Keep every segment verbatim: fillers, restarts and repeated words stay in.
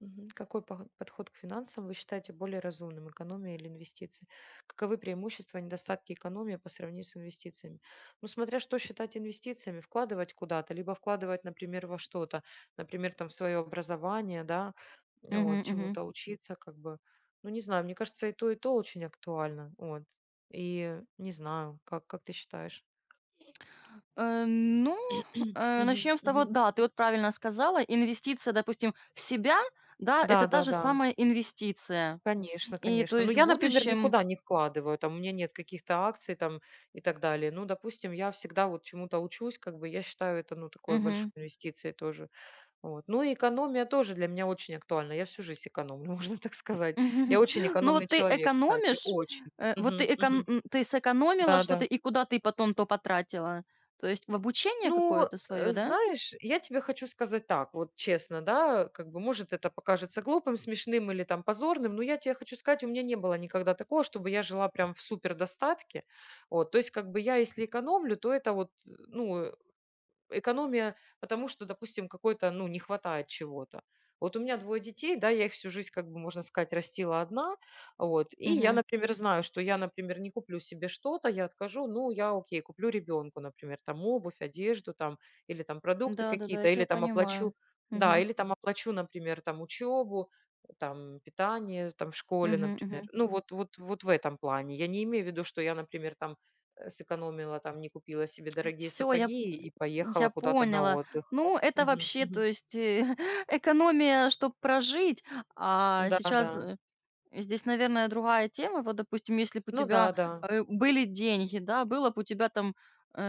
Мгм. Какой поход- подход к финансам вы считаете более разумным, экономия или инвестиции? Каковы преимущества и недостатки экономии по сравнению с инвестициями? Ну, смотря что считать инвестициями, вкладывать куда-то, либо вкладывать, например, во что-то, например, там в свое образование, да, Мгм, вот, мгм. чему-то учиться, как бы. Ну, не знаю, мне кажется, и то, и то очень актуально, вот. И не знаю, как, как ты считаешь? Э, ну, э, Мгм, начнем с того, мгм. да, ты вот правильно сказала, инвестиция, допустим, в себя, да, Да, это та да, же да. самая инвестиция. Конечно, И то конечно. Ну, есть в я, например, будущем. никуда не вкладываю, там у меня нет каких-то акций там и так далее. Ну, допустим, я всегда вот чему-то учусь, как бы я считаю это, ну, такой большой Мгм. инвестицией тоже. Вот. Ну, и экономия тоже для меня очень актуальна. Я всю жизнь экономлю, можно так сказать. Я Мгм. очень Ну экономный вот ты человек, кстати, экономишь, очень. э, вот ты Мгм, экон мгм. м, ты сэкономила Да-да. что-то, и куда ты потом то потратила? То есть в обучение Ну, какое-то свое, э, да? знаешь, я тебе хочу сказать так, вот честно, да, как бы, может, это покажется глупым, смешным или там позорным, но я тебе хочу сказать, у меня не было никогда такого, чтобы я жила прям в супер достатке. Вот, то есть, как бы я, если экономлю, то это вот, э, ну, экономия, потому что, допустим, какой-то, ну, не хватает чего-то. Вот у меня двое детей, да, я их всю жизнь, как бы, можно сказать, растила одна, вот, и я, Мгм. например, знаю, что я, например, не куплю себе что-то, я откажу, ну, я, окей, куплю ребенку, например, там, обувь, одежду, там, или там продукты Да-да-да, я какие-то, или тебя там понимаю. оплачу, да, Мгм. или там оплачу, например, там, учебу, там, питание, там, в школе, Мгм, например. мгм. Ну, вот, вот, вот в этом плане. Я не имею в виду, что я, например, там, э, сэкономила там, не купила себе дорогие я сапоги и я поехала куда-то на поняла. отдых. Ну, это Мгм, вообще, то мгм. есть, э, экономия, чтобы прожить, а Да, да. сейчас, э здесь, наверное, другая тема. Вот, допустим, если бы у Ну да, тебя, да. э, были деньги, да, было бы у тебя там,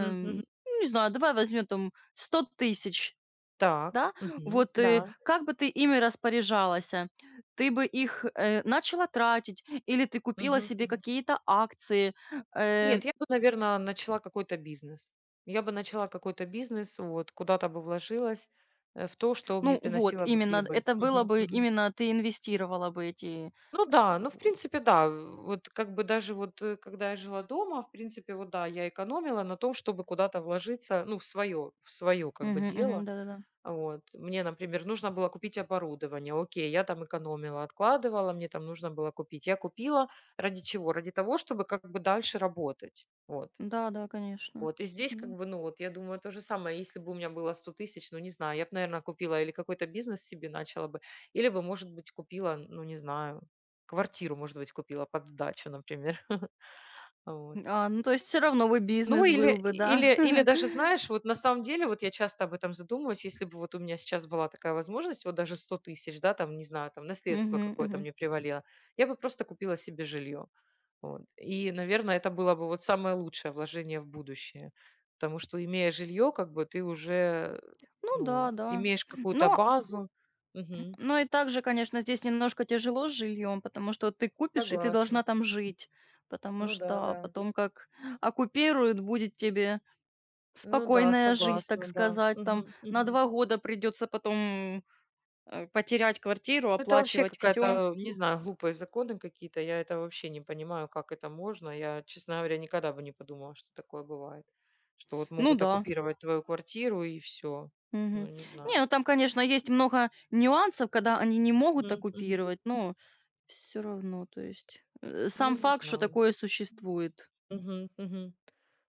М, мгм. ну, не знаю, давай возьмем там сто тысяч, Так. да, Мгм. вот, э, Да. как бы ты ими распоряжалась? Э, Ты бы их, э, начала тратить или ты купила Мгм, себе мгм. какие-то акции? Э, Нет, я бы, наверное, начала какой-то бизнес. Я бы начала какой-то бизнес, вот, куда-то бы вложилась, э, в то, что мне ну вот, приносило бы именно прибыль. это было Мгм, бы, мгм. именно ты инвестировала бы эти. Ну да, ну, в принципе, да. Вот как бы даже вот, э, когда я жила дома, в принципе, вот да, я экономила на том, чтобы куда-то вложиться, ну, в свое в свое как бы Мгм, мгм, дело. да-да-да. Вот. Мне, например, нужно было купить оборудование. Окей, я там экономила, откладывала, мне там нужно было купить. Я купила ради чего? Ради того, чтобы как бы дальше работать. Вот. Да, да, конечно. Вот. И здесь как М. бы, ну вот, я думаю, то же самое. Если бы у меня было сто тысяч, ну не знаю, я бы, наверное, купила или какой-то бизнес себе начала бы, или бы, может быть, купила, ну не знаю, квартиру, может быть, купила под сдачу, например. Вот. А, ну, то есть все равно бы Ну, бизнес или был бы, да? или или даже, знаешь, вот на самом деле, вот я часто об этом задумываюсь, если бы вот у меня сейчас была такая возможность, вот даже сто тысяч да, там, не знаю, там, наследство Мгм, какое-то мгм. мне привалило, я бы просто купила себе жилье. Вот. И, наверное, это было бы вот самое лучшее вложение в будущее. Потому что, имея жилье, как бы ты уже, Ну да, ну, да. имеешь какую-то Но базу. Мгм. но и также, конечно, здесь немножко тяжело с жильем, потому что ты купишь, и ты должна Согласна. там жить, потому Ну да, что да. потом как оккупируют, будет тебе Ну да, спокойная жизнь, так согласна, да. сказать. Там Мгм, на мгм. два года придется потом, э, потерять квартиру, Ну, Это вообще оплачивать все. какая-то, не знаю, глупые законы какие-то. Я это вообще не понимаю, как это можно. Я, честно говоря, никогда бы не подумала, что такое бывает. Что вот Ну могут да. оккупировать твою квартиру и все. Ну, Мгм. не Не, знаю. ну там, конечно, есть много нюансов, когда они не могут Мгм, мгм. оккупировать, но все равно, то есть, э, Ну, сам не факт, что знаю. такое существует. Мгм, мгм.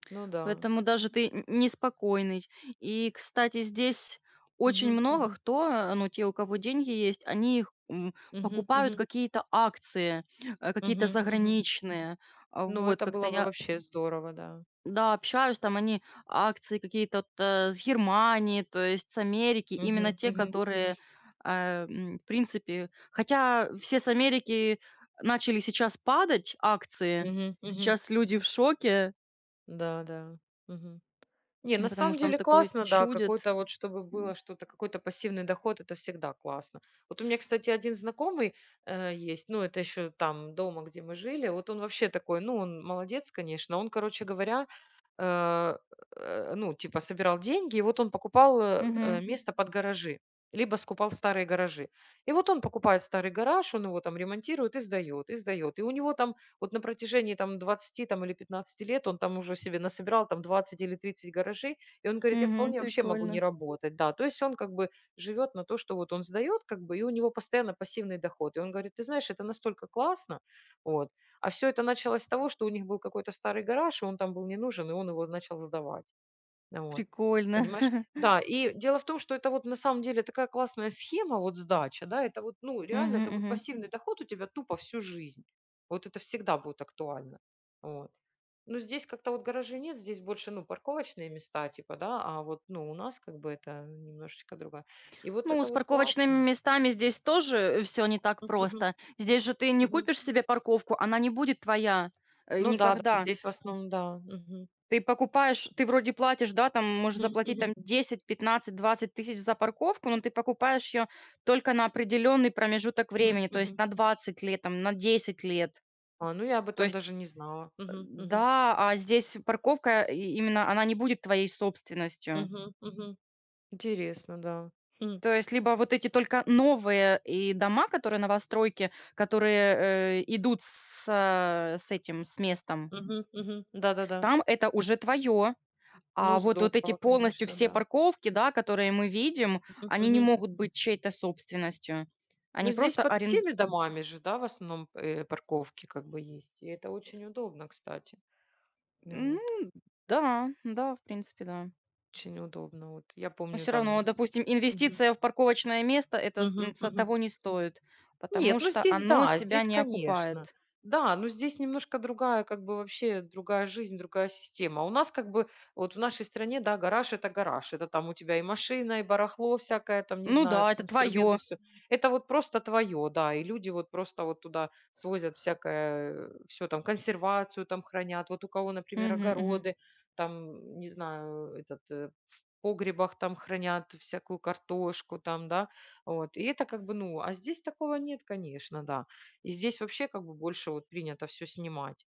Ну да. Поэтому даже ты н неспокойный. И, кстати, здесь очень Мгм, много мгм, кто, э, ну, те, у кого деньги есть, они их, м, мгм, покупают мгм, какие-то акции, э, какие-то мгм, мгм. заграничные. А, Ну, вот, это как-то было бы я, вообще здорово, да. да, общаюсь, там они акции какие-то вот, э, с Германии, то есть с Америки, именно Мгм, те, мгм, которые, а, м, в принципе хотя все с Америки начали сейчас падать акции. мгм, мгм. Сейчас люди в шоке, Да, да. Мгм. Не, на потому самом что там деле такое классно, да, чудит. какой-то вот, чтобы М. было что-то, какой-то пассивный доход, это всегда классно. Вот у меня, кстати, один знакомый э, есть, ну, это еще там дома, где мы жили, вот он вообще такой, ну, он молодец, конечно, он, короче говоря, э, э, ну, типа собирал деньги, и вот он покупал э, Мгм, э, место под гаражи, либо скупал старые гаражи. И вот он покупает старый гараж, он его там ремонтирует и сдает, и сдает. И у него там вот на протяжении там двадцати там, или пятнадцати лет он там уже себе насобирал там двадцать или тридцать гаражей, и он говорит, я мгм. вполне вообще могу Прикольно, не работать, да. То есть он как бы живет на то, что вот он сдает, как бы, и у него постоянно пассивный доход. И он говорит, ты знаешь, это настолько классно, вот, а все это началось с того, что у них был какой-то старый гараж, и он там был не нужен, и он его начал сдавать. Вот. прикольно. Понимаешь? Да, и дело в том, что это вот на самом деле такая классная схема, вот сдача, да, это вот, ну, реально, Мгм, это вот мгм. пассивный доход у тебя тупо всю жизнь. Вот это всегда будет актуально. Вот. Но здесь как-то вот гаражей нет, здесь больше, ну, парковочные места типа, да, а вот, ну, у нас как бы это немножечко другая. И вот Ну, это с вот классно. парковочными местами здесь тоже все не так Мгм, просто. Здесь же ты не мгм. купишь себе парковку, она не будет твоя, э, Ну да, да, никогда. здесь в основном, да. Мгм, Ты покупаешь, ты вроде платишь, да, там можешь мгм, заплатить мгм. там десять пятнадцать двадцать тысяч за парковку, но ты покупаешь ее только на определенный промежуток Мгм, времени, то есть мгм. на двадцать лет, там, на десять лет. А, ну я об То этом есть, даже не знала. э, Мгм, мгм, да, а здесь парковка и именно она не будет твоей собственностью. мгм, мгм. Интересно, да. Хм. То есть либо вот эти только новые и дома, которые новостройки, которые, э, идут с а, с этим, с местом, Мгм, мгм. Да-да-да. там это уже твое. Ну, А вот вот эти здорово, полностью конечно, все да. парковки, да, которые мы видим, Мгм, они не мгм. могут быть чьей-то собственностью. Они Но здесь просто под арен всеми домами же, да, в основном, э, парковки как бы есть. И это очень удобно, кстати. Ну вот, ну да, да, в принципе, да. очень удобно. Вот я Но помню все равно, там. допустим, Мгм, инвестиция в парковочное место — это с н мгм, с мгм. того не стоит, Нет, потому ну что здесь оно да, себя здесь, не конечно. окупает. Да, но здесь немножко другая, как бы вообще другая жизнь, другая система. А У нас как бы, вот в нашей стране, да, гараж– это гараж. Это там у тебя и машина, и барахло всякое, там, не Ну знаю, да, это там твое. инструменты, все. Это вот просто твое, да, и люди вот просто вот туда свозят всякое, все там, консервацию там хранят. Вот у кого, например, огороды, там, не знаю, этот, э, в погребах там хранят всякую картошку там, да, вот. И это как бы, ну, а здесь такого нет, конечно, да. И здесь вообще как бы больше вот принято все снимать.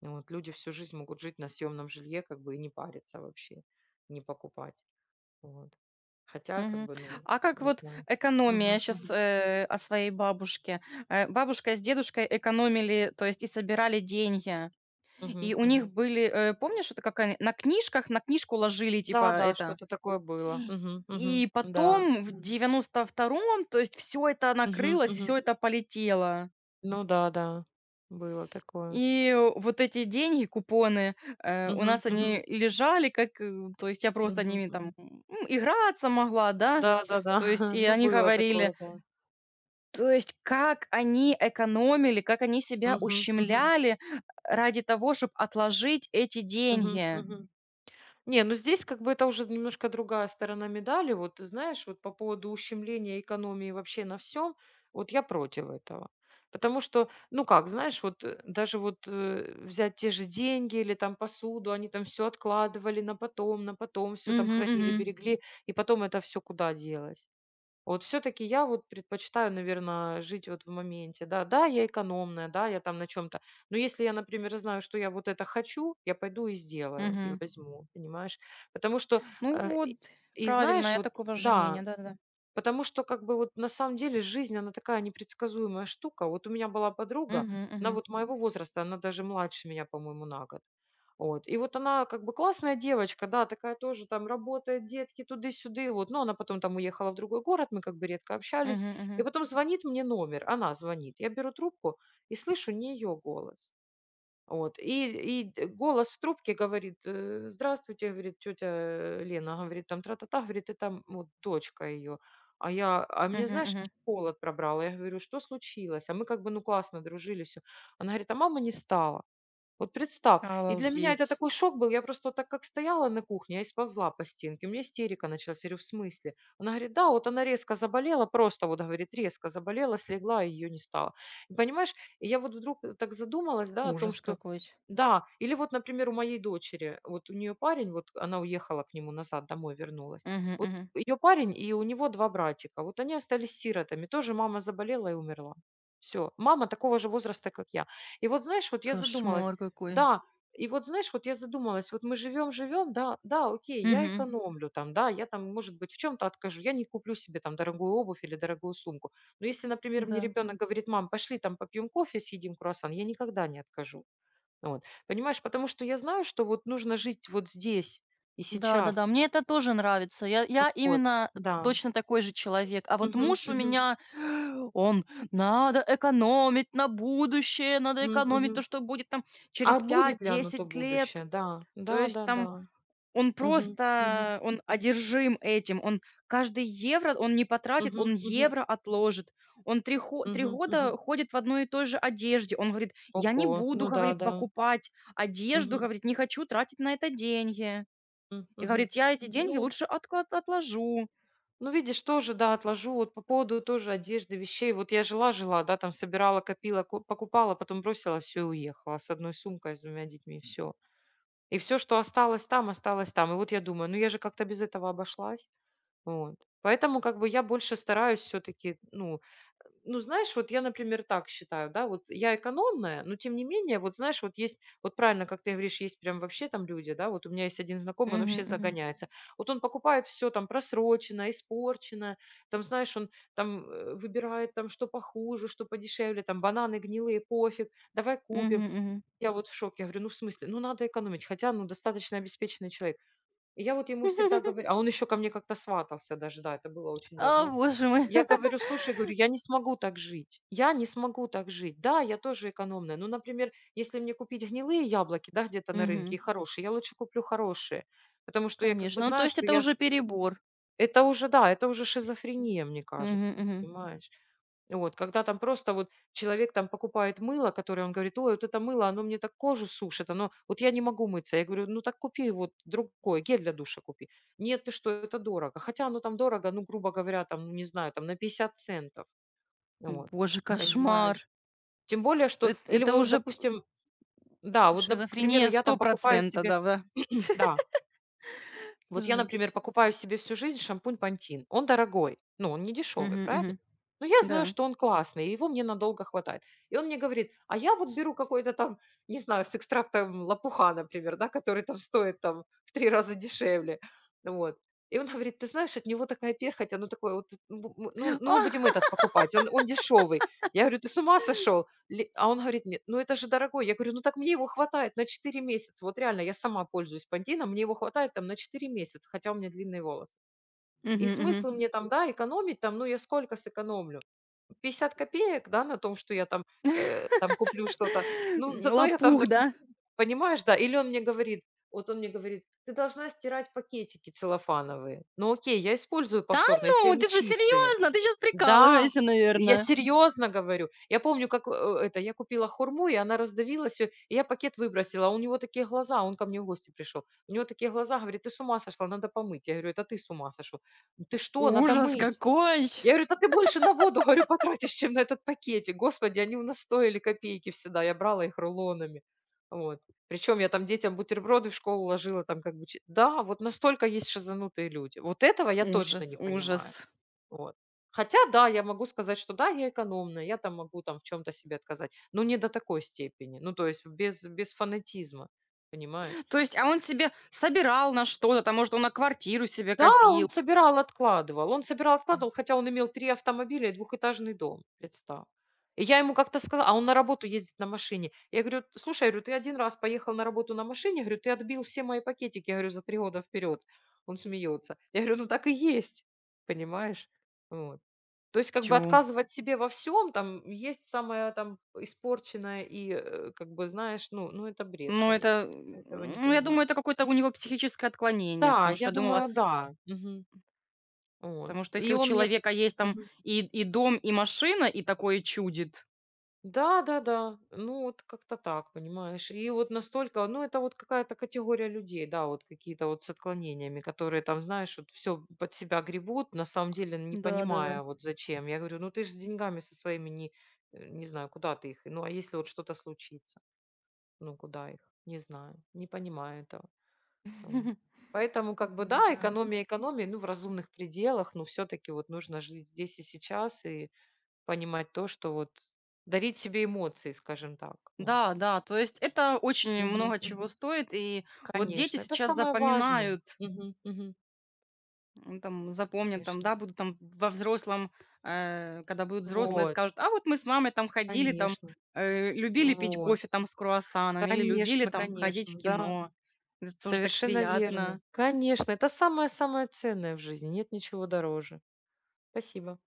Вот. Люди всю жизнь могут жить на съемном жилье, как бы и не париться вообще, не покупать. Вот. Хотя, как Мгм. бы, ну, А как не вот знаю. экономия Мгм, сейчас мгм, о своей бабушке. Э, бабушка с дедушкой экономили, то есть и собирали деньги. И мгм, у них мгм. были, э, помнишь, это как они на книжках, на книжку ложили, Да, типа, да, это. что-то такое было. Мгм, мгм, И да. потом в девяносто втором, то есть все это Мгм, накрылось, все мгм. это полетело. Ну да, да, было такое. И э, вот эти деньги, купоны, э, у Мгм, нас мгм, они лежали, как, э, то есть я просто мгм, ними там, мгм. м, играться могла, да. Да, да, да. То есть и Ну они было говорили: такое, да. то есть как они экономили, как они себя Мгм, мгм, ущемляли ради того, чтобы отложить эти мгм, деньги. мгм. Не, ну здесь как бы это уже немножко другая сторона медали. Вот ты знаешь, вот по поводу ущемления экономии вообще на всем, вот я против этого. Потому что, ну как, знаешь, вот э, даже вот э, взять те же деньги или там посуду, они там все откладывали на потом, на потом все там Мгм, хранили, мгм, берегли, и потом это все куда делось? Вот все-таки я вот предпочитаю, наверное, жить вот в моменте, да. Да, я экономная, да, я там на чем-то. Но если я, например, знаю, что я вот это хочу, я пойду и сделаю, и мгм. возьму, понимаешь? Потому что, Ну э, и вот, и правильно, знаешь, я вот, такого же мнения, да, да-да-да. потому что, как бы, вот на самом деле жизнь, она такая непредсказуемая штука. Вот у меня была подруга, Мгм, она мгм, вот моего возраста, она даже младше меня, по-моему, на год. Вот. И вот она как бы классная девочка, да, такая тоже там работает, детки туды-сюды, вот. Но она потом там уехала в другой город, мы как бы редко общались. мгм, И мгм, потом звонит мне номер, она звонит. Я беру трубку и слышу не ее голос. Вот, и и голос в трубке говорит: "Э, здравствуйте, говорит, тетя Лена, говорит, там тра-та-та, говорит, это м, вот дочка ее". А я, а мне, мгм, знаешь, мгм. холод пробрало. Я говорю: "Что случилось?" А мы как бы, ну, классно дружили, все. Она говорит: "А мама не стала, вот представь". И для меня это Обалдеть. такой шок был. Я просто вот так как стояла на кухне, я и сползла по стенке. У меня истерика началась. Я говорю, в смысле? Она говорит, да, вот она резко заболела, просто вот, говорит, резко заболела, слегла, и ее не стало. И понимаешь, и я вот вдруг э, так задумалась, да, о том, Ужас что какой. да, или вот, например, у моей дочери, вот у нее парень, вот она уехала к нему назад, домой вернулась. Мгм, Вот мгм. ее парень и у него два братика. Вот они остались сиротами. Тоже мама заболела и умерла. Все. Мама такого же возраста, как я. И вот, знаешь, вот я задумалась, Кошмар какой. да, и вот знаешь, вот я задумалась, вот мы живем, живем, да, да, окей, я Мгм. экономлю там, да, я там, может быть, в чем-то откажу, я не куплю себе там дорогую обувь или дорогую сумку. Но если, например, мне Да. ребенок говорит, мам, пошли там попьем кофе, съедим круассан, я никогда не откажу. Вот, понимаешь, потому что я знаю, что вот нужно жить вот здесь и сейчас. Да-да-да, мне это тоже нравится. Я я Вот, именно да. точно такой же человек. А вот Мгм, муж у мгм, меня, он: «Надо экономить на будущее, надо м, экономить то, мгм. что будет там А через пять, будет ли оно то десять лет». будущее? Да, То да, есть да, там да. он Мгм, мгм, просто, он одержим этим. Он каждый евро он не потратит, мгм, он мгм, евро отложит. Он три хо три мгм, года мгм. ходит в одной и той же одежде. Он говорит: «Я не Ого, буду, — ну да, говорит, — да. покупать одежду, — Мгм, говорит, — не хочу тратить на это деньги». м, И мгм. говорит: «Я эти деньги Ну лучше отклад отложу». ну, видишь, тоже, да, отложу. Вот по поводу тоже одежды, вещей. Вот я жила-жила, да, там собирала, копила, ко покупала, потом бросила все и уехала с одной сумкой, с двумя детьми, все. И все, что осталось там, осталось там. И вот я думаю: "Ну, я же как-то без этого обошлась". Вот. Поэтому как бы я больше стараюсь все-таки, ну, э, ну, знаешь, вот я, например, так считаю, да, вот я экономная, но тем не менее, вот знаешь, вот есть, вот правильно, как ты говоришь, есть прям вообще там люди, да, вот у меня есть один знакомый, он Мгм, вообще мгм. загоняется. Вот он покупает все там просроченное, испорченное, там, знаешь, он там э, выбирает там что похуже, что подешевле, там бананы гнилые, пофиг, давай Мгм, купим. мгм. Я вот в шоке, я говорю, ну, в смысле, ну, надо экономить, хотя, ну, достаточно обеспеченный человек. И я вот ему всегда говорю, а он еще ко мне как-то сватался даже, да, это было очень А, давно. боже мой. Я говорю, слушай, говорю, я не смогу так жить, я не смогу так жить. Да, я тоже экономная, но, например, если мне купить гнилые яблоки, да, где-то на рынке Мгм. и хорошие, я лучше куплю хорошие, потому что я как бы Конечно, ну, то знаю, есть что это я... уже с- перебор. Это уже, да, это уже шизофрения, мне Мгм, кажется, мгм. понимаешь? Вот, когда там просто вот человек там покупает мыло, которое он говорит: "Ой, вот это мыло, оно мне так кожу сушит, оно вот я не могу мыться". Я говорю: "Ну так купи вот другое, гель для душа купи". "Нет, ты что, это дорого". Хотя оно там дорого, ну, грубо говоря, там, ну, не знаю, там на пятьдесят центов. Вот, Боже, кошмар. понимаешь? Тем более, что Эт или это вот, уже п допустим, да, вот, нап к примеру, Шизофрения я сто, там покупаю себе да-да. да. Вот я, например, Жесть. покупаю себе всю жизнь шампунь "Пантин". Он дорогой, ну, он не дешевый, Мгм, правильно? мгм. Но я знаю, Да. что он классный, и его мне надолго хватает. И он мне говорит: "А я вот беру какой-то там, не знаю, с экстрактом лопуха, например, да, который там стоит там в три раза дешевле". Вот. И он говорит: "Ты знаешь, от него такая перхоть, оно такое вот, ну, ну, ну, мы будем Ах! этот покупать, он он дешевый". Я говорю: "Ты с ума сошел?" Ли А он говорит мне: "Ну, это же дорогой". Я говорю: "Ну, так мне его хватает на четыре месяца". Вот реально, я сама пользуюсь "Пантином", мне его хватает там на четыре месяца, хотя у меня длинные волосы. Мгм, И мгм. смысл Мгм. Мне там, да, экономить там, ну, я сколько сэкономлю? Пятьдесят копеек, да, на том, что я там, э, там куплю что-то. Ну, зато я там, Лопух, да? допустим, понимаешь, да. Или он мне говорит, вот он мне говорит: "Ты должна стирать пакетики целлофановые". Ну, окей, я использую Да повторно, если ну, они ты же чистые. серьезно? Ты сейчас Да, прикалываешься, я наверное? серьезно говорю. Я помню, как, э, это, я купила хурму, и она раздавилась, и я пакет выбросила, а у него такие глаза, он ко мне в гости пришел, у него такие глаза, говорит: "Ты с ума сошла, надо помыть". Я говорю: "Это ты с ума сошел". «Ну "Ты что, надо Ужас мыть". какой! Я говорю: "Да ты больше на воду, говорю, потратишь, чем на этот пакетик". Господи, они у нас стоили копейки всегда, я брала их рулонами. Вот. Причем я там детям бутерброды в школу ложила, там как бы че Да, вот настолько есть шизанутые люди. Вот этого я точно Ужас, не понимаю. ужас. Вот. Хотя, да, я могу сказать, что да, я экономная, я там могу там в чем-то себе отказать, но не до такой степени, ну, то есть без, без фанатизма, понимаешь? То есть, а он себе собирал на что-то, там, может, он на квартиру себе Да, копил. он собирал, откладывал, он собирал, М. откладывал, хотя он имел три автомобиля и двухэтажный дом, представь. И я ему как-то сказала, а он на работу ездит на машине. Я говорю, слушай, я говорю, ты один раз поехал на работу на машине, говорю, ты отбил все мои пакетики, я говорю, за три года вперед. Он смеется. Я говорю, ну так и есть, понимаешь? Вот. То есть как бы Тю. отказывать себе во всем, там, есть самое там испорченное и, э, как бы, знаешь, ну ну это бред, Ну, конечно. это, м, Этого не ну, я понимаю. думаю, это какое-то у него психическое отклонение, Да, потому что я я думала, думаю, да. Мгм. потому Вот. что если И у он мне. человека есть там Мгм. и, и дом, и машина, и такое чудит. Да-да-да. Ну вот как-то так, понимаешь. И вот настолько, ну это вот какая-то категория людей, да, вот какие-то вот с отклонениями, которые там, знаешь, вот всё под себя гребут, на самом деле не Да-да-да. понимая вот зачем. Я говорю: "Ну ты ж с деньгами со своими не, э, не знаю, куда ты их? Ну а если вот что-то случится?" Ну, куда их? Не знаю, не понимаю этого. Да. Вот. Да, Поэтому как бы да, да, экономия экономии ну, в разумных пределах, но все-таки вот нужно жить здесь и сейчас и понимать то, что вот дарить себе эмоции, скажем так. Вот. да, да, то есть это очень Мгм, много чего мгм. стоит, и вот дети Конечно, это сейчас самое важное. запоминают. Мгм, мгм. М, там запомнят, там, Конечно. да, будут там во взрослом, э, когда будут взрослые, Вот, скажут: «А вот мы с мамой там ходили, там, конечно. э, любили пить Вот. кофе там с круассаном или любили Конечно, там ходить в конечно, да. кино». Это тоже так Совершенно верно. приятно. Конечно, это самое-самое ценное в жизни. Нет ничего дороже. Спасибо.